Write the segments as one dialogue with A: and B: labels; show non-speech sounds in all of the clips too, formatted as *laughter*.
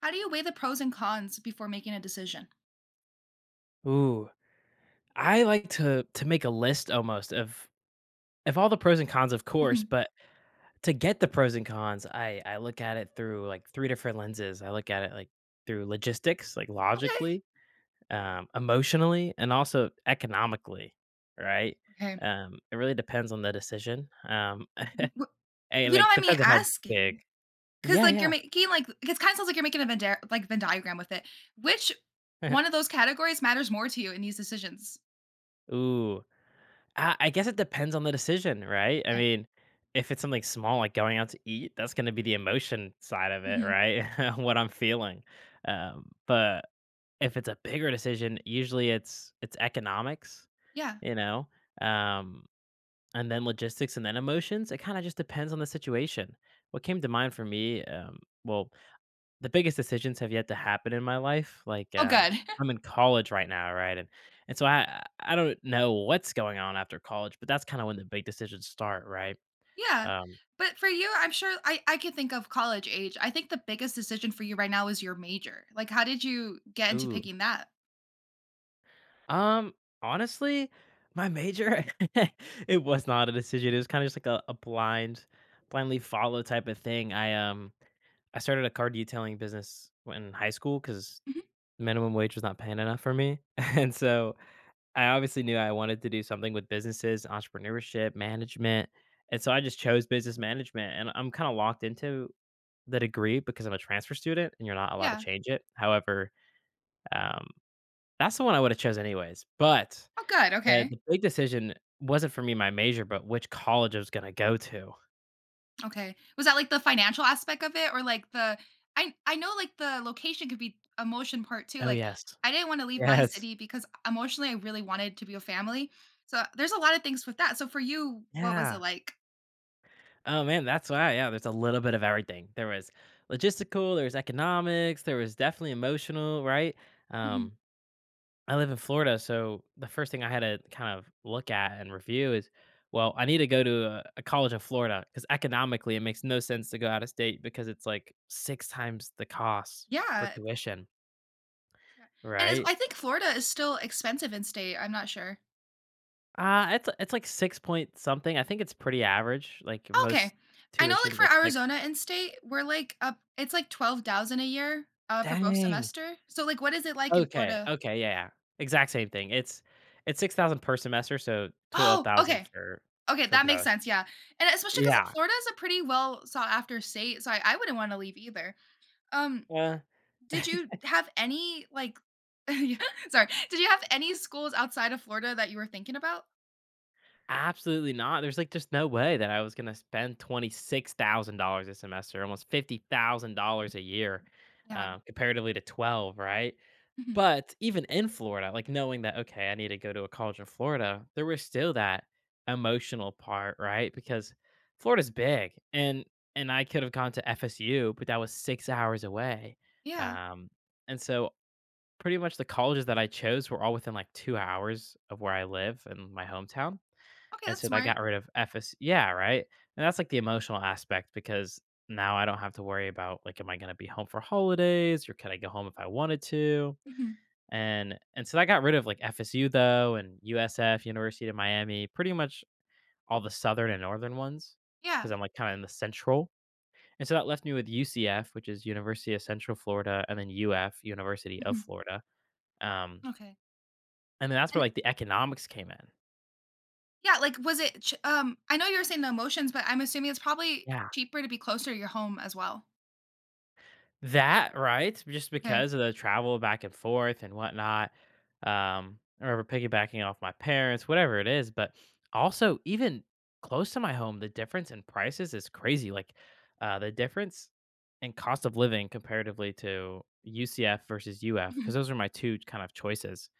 A: How do you weigh the pros and cons before making a decision?
B: Ooh, I like to make a list almost of all the pros and cons, of course,
A: Mhm.
B: but to get the pros and cons, I look at it through like three different lenses. I look at it like through logistics, like
A: Okay.
B: logically, emotionally, and also economically, right?
A: Okay.
B: It really depends on the decision.
A: W
B: *laughs*
A: If
B: And
A: you don't
B: like
A: mind me
B: depends on how
A: asking,
B: big.
A: because
B: Yeah, yeah.
A: you're making, like it kinda sounds like you're making a Venn diagram with it. Which one of those categories matters more to you in these decisions?
B: *laughs* Ooh. I guess it depends on the decision, right? I
A: Okay.
B: mean, if it's something small like going out to eat, that's going to be the emotion side of it,
A: Mhm.
B: right? *laughs* What I'm feeling. But if it's a bigger decision, usually it's economics,
A: Yeah.
B: you know, um, and then logistics, and then emotions. It kind of just depends on the situation. What came to mind for me, well, the biggest decisions have yet to happen in my life, like,
A: Oh, good. *laughs*
B: I'm in college right now, right? And so I don't know what's going on after college, but that's kinda when the big decisions start, right?
A: Yeah.
B: Um
A: But for you, I'm sure I can think of college age. I think the biggest decision for you right now is your major. Like, how did you get into
B: Ooh.
A: picking that?
B: Um, honestly, my major, *laughs* it was not a decision, it was kinda just like a blindly follow type of thing. I started a car detailing business when in high school because
A: Mhm.
B: minimum wage was not paying enough for me, *laughs* and so I obviously knew I wanted to do something with businesses, entrepreneurship, management, and so I just chose business management, and I'm kinda locked into the degree because I'm a transfer student and you're not allowed to
A: Yeah.
B: change it. However, um, that's the one I would've chosen anyways, but
A: Oh, good.
B: the
A: Okay.
B: the big decision wasn't for me my major, but which college I was gonna go to.
A: Okay. Was that like the financial aspect of it or like the I know like the location could be emotion part too.
B: Oh,
A: Like
B: yes.
A: I didn't want to leave my
B: Yes.
A: city because emotionally I really wanted to be with family. So there's a lot of things with that. So for you, what was it
B: Yeah.
A: like?
B: Oh, man, that's why, yeah, there's a little bit of everything. There was logistical, there was economics, there was definitely emotional, right?
A: Mhm.
B: Um, I live in Florida, so the first thing I had to kind of look at and review is, well, I need to go to a college in Florida because economically it makes no sense to go out of state because it's like six times the cost for
A: Yeah.
B: tuition,
A: Yeah. And it's,
B: right?
A: I think Florida is still expensive in state. I'm not sure.
B: It's like six point something. I think it's pretty average. Like
A: Okay.
B: most
A: I know like
B: tuitions,
A: for
B: like six.
A: Arizona in state, we're like up it's like 12,000 a year for both
B: Dang.
A: semester. So like what is it like in
B: Okay.
A: Florida?
B: Okay. Yeah. Yeah. Exact same thing. It's 6,000 per semester, so twelve
A: Oh,
B: thousand
A: okay.
B: for
A: Okay,
B: for
A: that makes
B: both.
A: sense, yeah, and especially because
B: Yeah.
A: Florida is a pretty well sought after state, so I wouldn't wanna leave either. Um,
B: Uh,
A: did you
B: *laughs*
A: have any, like *laughs* yeah, sorry. Did you have any schools outside of Florida that you were thinking about?
B: Absolutely not. There's like just no way that I was gonna spend $26,000 a semester, almost $50,000 a year,
A: Yeah,
B: comparatively to 12, right?
A: mhm,
B: But even in Florida, like knowing that, okay, I need to go to a college in Florida, there was still that emotional part, right? Because Florida's big, and I could have gone to FSU, but that was 6 hours away,
A: yeah.
B: um, and so pretty much the colleges that I chose were all within like 2 hours of where I live in my hometown,
A: Okay,
B: and
A: that's
B: so they
A: smart.
B: got rid of FS yeah, right? And that's, like, the emotional aspect because now I don't have to worry about, like, am I gonna be home for holidays or can I go home if I wanted to?
A: Mhm,
B: And so I got rid of, like, FSU though, and USF, University of Miami, pretty much all the southern and northern ones, because 'cause
A: yeah,
B: I'm, like, kinda in the central. And so that left me with UCF, which is University of Central Florida, and then UF, University of
A: mhm,
B: Florida. Um,
A: okay,
B: and then that's where,
A: and
B: like, the economics came in.
A: yeah, was it ch I know you were saying the emotions, but I'm assuming it's probably
B: Yeah.
A: cheaper to be closer to your home as well.
B: That, right? Just
A: Okay,
B: because of the travel back and forth and whatnot. I remember piggybacking off my parents, whatever it is. But also, even close to my home, the difference in prices is crazy. Like, the difference in cost of living comparatively to UCF versus UF,
A: mhm,
B: because those are my two kind of choices.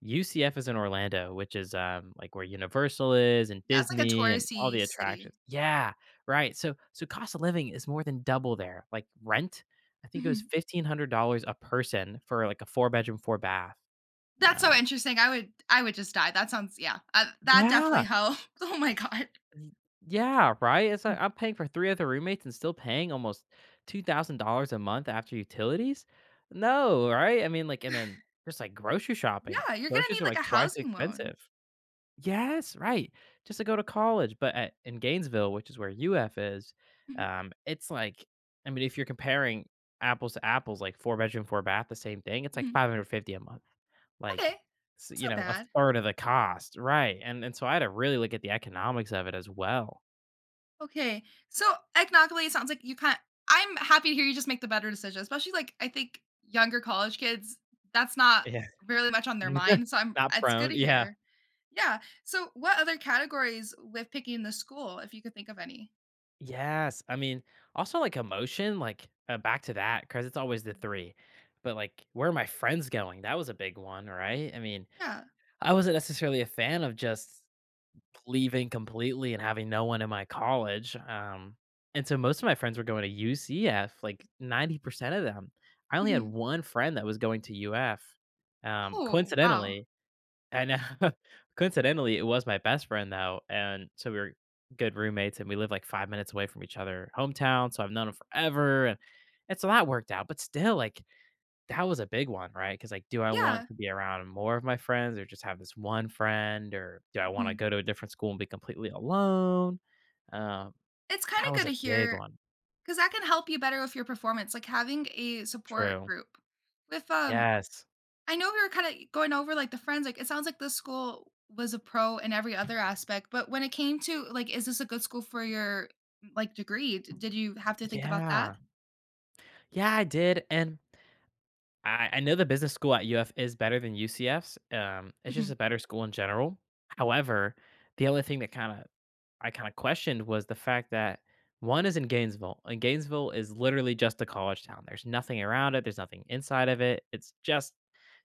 B: UCF is in Orlando, which is, like, where Universal is and
A: yeah, it's like a
B: Disney and all the
A: touristy city.
B: attractions. Yeah, right, so cost of living is more than double there, like, rent, I think it was
A: Mhm.
B: $1,500 a person for, like, a four-bedroom, four-bath.
A: That's so
B: um
A: interesting. I would just die. That sounds yeah. That definitely
B: Yeah,
A: helped. *laughs* Oh my god.
B: y yeah, right, it's
A: Mm.
B: like, I'm paying for 3 other roommates and still paying almost $2,000 a month after utilities? No, right? I mean, like, and then just, like, grocery shopping,
A: Yeah, you're gonna
B: groceries
A: need
B: are,
A: like
B: like,
A: a
B: twice
A: housing
B: expensive.
A: loan.
B: Yes, right. Just to go to college. But in Gainesville, which is where UF is,
A: Mhm,
B: it's like, I mean, if you're comparing apples to apples, like four bedroom, four bath, the same thing, it's like
A: mhm.
B: 550 a month,
A: Okay,
B: like,
A: that's not
B: a
A: bad.
B: third of the cost, right? And so I had to really look at the economics of it as well.
A: Okay, so economically, it sounds like you kind. I'm happy to hear you just make the better decision, especially like I think younger college kids. That's not
B: Yeah,
A: really much on their
B: *laughs*
A: mind, so I'm.
B: not
A: It's good
B: prone.
A: to
B: Yeah,
A: hear. Yeah. So, what other categories with picking the school, if you could think of any?
B: yes. I mean, also like emotion, like back to that because it's always the
A: Okay.
B: three, but like where are my friends going? That was a big one, right? I mean,
A: Yeah.
B: I wasn't necessarily a fan of just leaving completely and having no one in my college. And so most of my friends were going to UCF, like 90% of them. I only had
A: Mhm.
B: one friend that was going to UF. Um,
A: Oh wow.
B: coincidentally, And know, *laughs* coincidentally, it was my best friend though. And so we were good roommates and we lived like 5 minutes away from each other, hometown. So I've known him forever. And so that worked out. But still, like, that was a big one, right? Because, like, do I want
A: Yeah.
B: to be around more of my friends or just have this one friend, or do I wanna go to a different school and be completely alone? Um,
A: It's kinda
B: that was
A: good
B: a
A: to
B: big
A: hear,
B: one.
A: because that can help you better with your performance, like, having a support
B: True.
A: group. With, um
B: Yes.
A: I know we were going over, like, the friends, like, it sounds like this school was a pro in every other aspect, but when it came to, like, is this a good school for your, like, degree, d did you have to think about that?
B: Yeah. Yeah, I did, and I know the business school at UF is better than UCF's. It's just a
A: Mhm.
B: better school in general. However, the only thing that kinda I kinda questioned was the fact that one is in Gainesville, and Gainesville is literally just a college town. There's nothing around it, there's nothing inside of it. It's just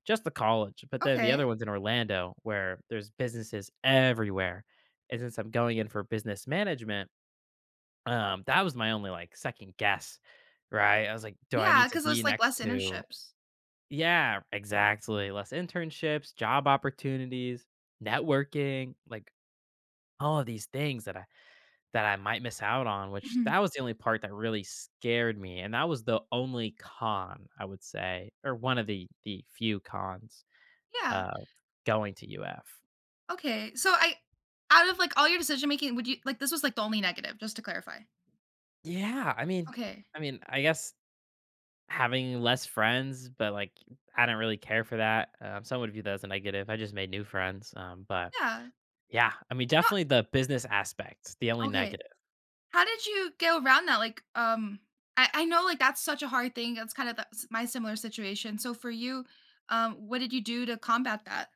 B: just the college, but then the
A: Okay.
B: other one's in Orlando where there's businesses everywhere, and since I'm going in for business management, that was my only, like, second guess, right? I was like, "Do I need
A: Yeah,
B: to
A: because
B: be
A: there's, like,
B: next
A: less
B: to..."
A: internships.
B: Yeah, exactly. Less internships, job opportunities, networking, like, all of these things that I might miss out on, which that
A: Mhm.
B: was the only part that really scared me, and that was the only con, I would say, or one of the few cons
A: Yeah.
B: of going to UF.
A: Okay, so I Out of, like, all your decision making, would you like, this was, like, the only negative, just to clarify.
B: Yeah, I mean,
A: Okay.
B: I guess having less friends, but, like, I didn't really care for that, some would view that as a negative, I just made new friends, but
A: Yeah.
B: yeah, I mean,
A: No,
B: definitely the business aspect, the only
A: okay.
B: negative.
A: How did you go around that? I know like that's such a hard thing. That's kind of my similar situation. So for you, what did you do to combat that?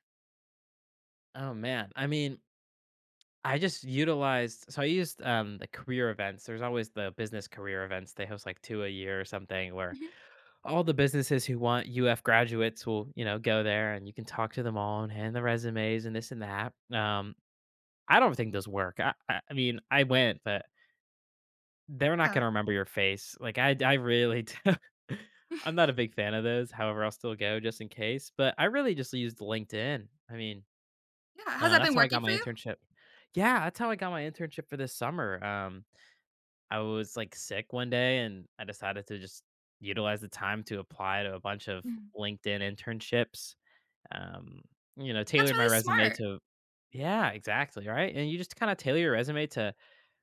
B: Oh, man, I mean, I just utilized, so I used, the career events. There's always the business career events. They host like two a year or something, where
A: Hmm.
B: all the businesses who want UF graduates will, go there and you can talk to them all and hand the resumes and this and that. I don't think those work. I mean, I went, but they're not
A: Yeah,
B: gonna remember your face. Like, I really *laughs* i I'm not a big fan of those. However, I'll still go just in case, but I really just used LinkedIn. I mean,
A: yeah. Has that
B: that's
A: been
B: how I got
A: working
B: my
A: for you?
B: internship. Yeah, that's how I got my internship for this summer. I was like sick one day and I decided to just utilize the time to apply to a bunch of
A: Mhm.
B: LinkedIn internships. Um, you know,
A: That's
B: tailored my
A: really
B: resume
A: smart.
B: to, yeah, exactly, right? And you just kind of tailor your resume to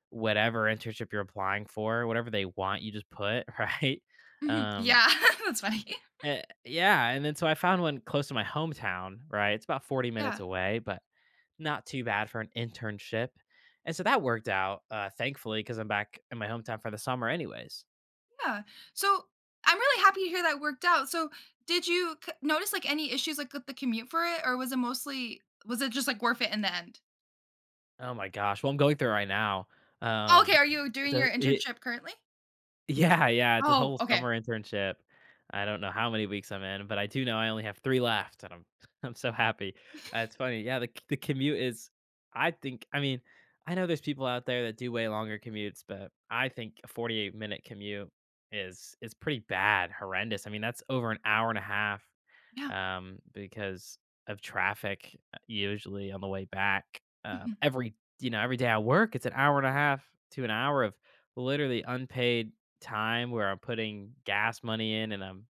B: whatever internship you're applying for, whatever they want, you just put, *laughs* right?
A: Hmm.
B: Um,
A: Yeah, *laughs* that's funny.
B: yeah, and then so I found one close to my hometown, right? It's about 40 minutes
A: Yeah,
B: away, but not too bad for an internship. And so that worked out, thankfully, because I'm back in my hometown for the summer, anyways.
A: yeah. So I'm really happy to hear that worked out. So did you notice like any issues like with the commute for it, or was it just like worth it in the end?
B: Oh my gosh. Well, I'm going through it right now.
A: Okay,
B: Um,
A: are you
B: it's
A: doing your internship currently?
B: *laughs* yeah, yeah, it's a
A: Oh,
B: whole
A: okay.
B: summer internship. I don't know how many weeks I'm in, but I do know I only have three left, and I'm *laughs* I'm so happy. It's funny, yeah. The commute is, I think. I mean, I know there's people out there that do way longer commutes, but I think a 48-minute commute is pretty bad, horrendous. I mean, that's over an hour and a half,
A: Yeah.
B: because of traffic, usually on the way back.
A: Mhm.
B: Every you know every day I work, it's an hour and a half to an hour of literally unpaid time where I'm putting gas money in and I'm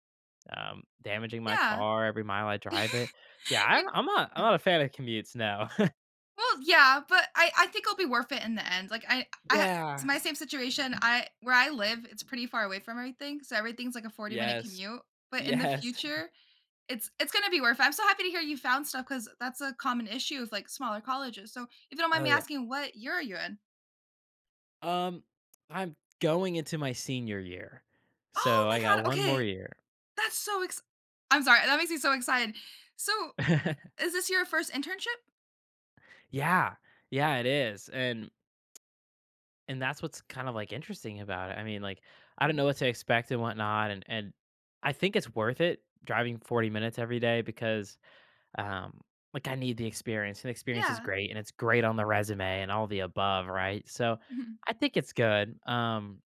B: damaging my
A: Yeah.
B: car every mile I
A: *laughs*
B: drive it. So yeah, I'm,
A: You're
B: I'm not I'm
A: yeah.
B: not a fan of commutes. No. *laughs*
A: Well, yeah, but I think it'll be worth it in the end. Like I it's
B: Yeah.
A: my same situation. I Where I live, it's pretty far away from everything, so everything's like a 40-minute
B: Yes.
A: commute. But in the
B: Yes.
A: future, it's gonna be worth it. I'm so happy to hear you found stuff because that's a common issue with like smaller colleges. So if you don't mind
B: Oh
A: me
B: yeah.
A: asking, what year are you in?
B: Um, I'm going into my senior year,
A: Oh
B: so
A: my
B: I got
A: god,
B: one more
A: okay.
B: year.
A: That's so ex- I'm sorry, that makes me so excited. So
B: *laughs*
A: is this your first internship?
B: Yeah. Yeah, it is, and that's what's kind of like interesting about it. I mean, like, I don't
A: Mhm.
B: know what to expect and whatnot, and I think it's worth it driving 40 minutes every day because um like I need the experience and the experience is
A: Yeah. *laughs*
B: great and it's great on the resume and all the above, right? So
A: Mhm.
B: I think it's good.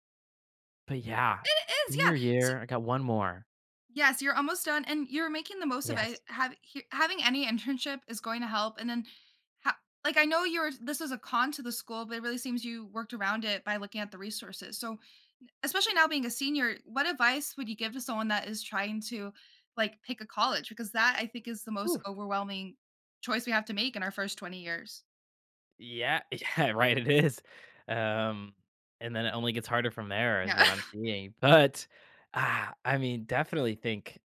B: But yeah,
A: It is, yeah.
B: senior year, I got one more.
A: Yes, you're almost done, and you're making the most of
B: Yes.
A: it. Having any internship is going to help, and ha- like I know you're this was a con to the school, but it really seems you worked around it by looking at the resources. So, especially now being a senior, what advice would you give to someone that is trying to like pick a college? Because that I think is the most
B: Ooh,
A: overwhelming choice we have to make in our first 20 years.
B: yeah, *laughs* yeah, right. It is. Um, and then it only gets harder from there, is
A: Yeah.
B: what I'm seeing. But I mean, definitely think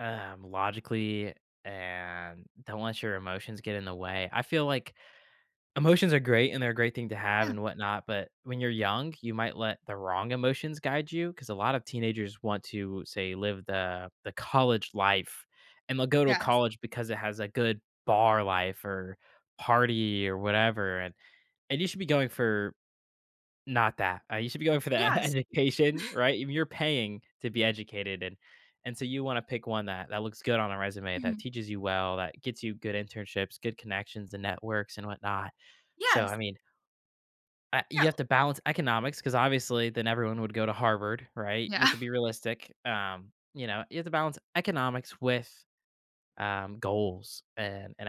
B: Logically, and don't let your emotions get in the way. I feel like emotions are great and they're a great thing to
A: *laughs*
B: have
A: Yeah.
B: and whatnot, but when you're young, you might let the wrong emotions guide you because a lot of teenagers want to say live the college life and they'll go to
A: Yes.
B: college because it has a good bar life or party or whatever, and you should be going for not that. You should be going for the *laughs*
A: Yes.
B: education, right? You're paying to be educated, and so you wanna pick one that looks good on a resume,
A: Mhm.
B: that teaches you well, that gets you good internships, good connections and networks and whatnot. So, I
A: Yes.
B: mean, I you
A: Yeah.
B: have to balance economics because obviously then everyone would go to Harvard, right? You have
A: Yeah.
B: to be realistic. You have to balance economics with, goals and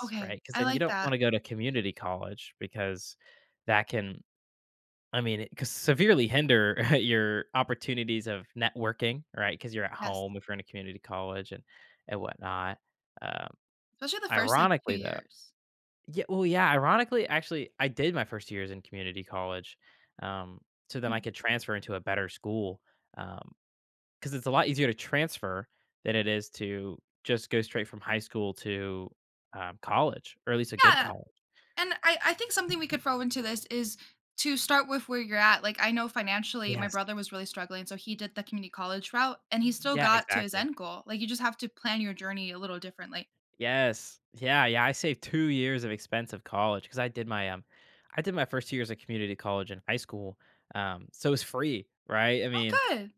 A: *laughs* Okay.
B: right? Because
A: I
B: then you
A: like
B: don't
A: that.
B: wanna go to community college because that can I mean, it could severely hinder *laughs* your opportunities of networking, right? Because you're at
A: Yes.
B: home if you're in a community college and whatnot. Um,
A: Especially the first like two
B: ironically, though,
A: years.
B: yeah, well, yeah, ironically, actually, I did my first years in community college, um, so then I
A: Mhm.
B: could transfer into a better school. Um, Because it's a lot easier to transfer than it is to just go straight from high school to college, or at least a good
A: Yeah,
B: college.
A: and I think something we could throw into this is to start with where you're at. Like I know financially my
B: Yes.
A: brother was really struggling, so he did the community college route and he still
B: Yeah.
A: got to his
B: Exactly.
A: end goal. Like you just have to plan your journey a little differently.
B: Yes. Yeah, yeah, I saved 2 years of expensive college because I did my, I did my first 2 years of community college in high school, so it's free, right? I
A: Oh
B: mean,
A: good.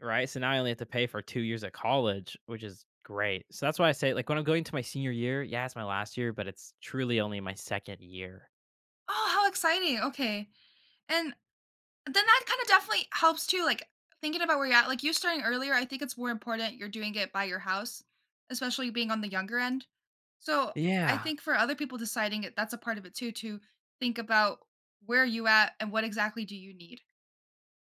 B: right? So now I only have to pay for 2 years of college, which is great. So that's why I say, like, when I'm going to my senior year, yeah, it's my last year, but it's truly only my 2nd year.
A: Oh, how exciting. Okay. And then that kind of definitely helps too. Like thinking about where you're at, like you starting earlier, I think it's more important you're doing it by your house, especially being on the younger end. So I
B: Yeah.
A: think for other people deciding it, that's a part of it too, to think about where you at and what exactly do you need.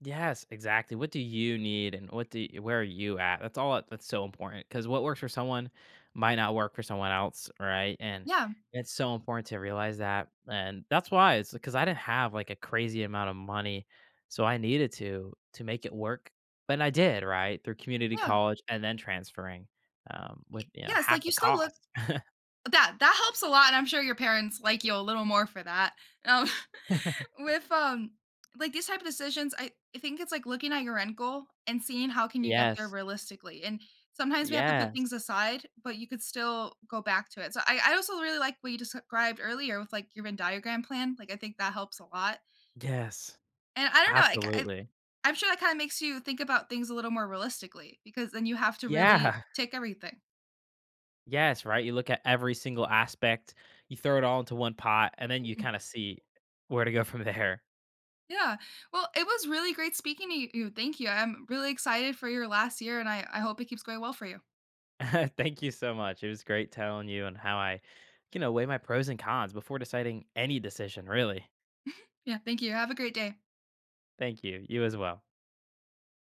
B: Yes, exactly. What do you need and what do you, where are you at? That's that's so important because what works for someone might not work for someone else, right? And
A: Yeah.
B: it's so important to realize that. And that's why it's because I didn't have like a crazy amount of money. So I needed to make it work. But I did, right? Through community
A: Yeah.
B: college and then transferring with
A: Y- Yes.
B: half
A: Like
B: the
A: you still look
B: cost.
A: That that helps a lot, and I'm sure your parents like you a little more for that. Um, *laughs*
B: *laughs*
A: with like these type of decisions, I think it's like looking at your end goal and seeing how can you get there
B: Yes.
A: realistically. And sometimes we have to put things
B: Yes.
A: aside, but you could still go back to it. I also really like what you described earlier with like your Venn diagram plan. Like I think that helps a lot.
B: Yes.
A: And I don't know,
B: Absolutely.
A: I'm sure that kind of makes you think about things a little more realistically because then you have to really
B: Yeah.
A: take everything.
B: Yes, right? You look at every single aspect, you throw it all into one pot, and then you kinda see where to go from there.
A: Yeah. Well, it was really great speaking to you. Thank you. I'm really excited for your last year and I hope it keeps going well for you.
B: *laughs* Thank you so much. It was great telling you and how I, weigh my pros and cons before deciding any decision, really.
A: Yeah. Thank you. Have a great day.
B: Thank you. You as well.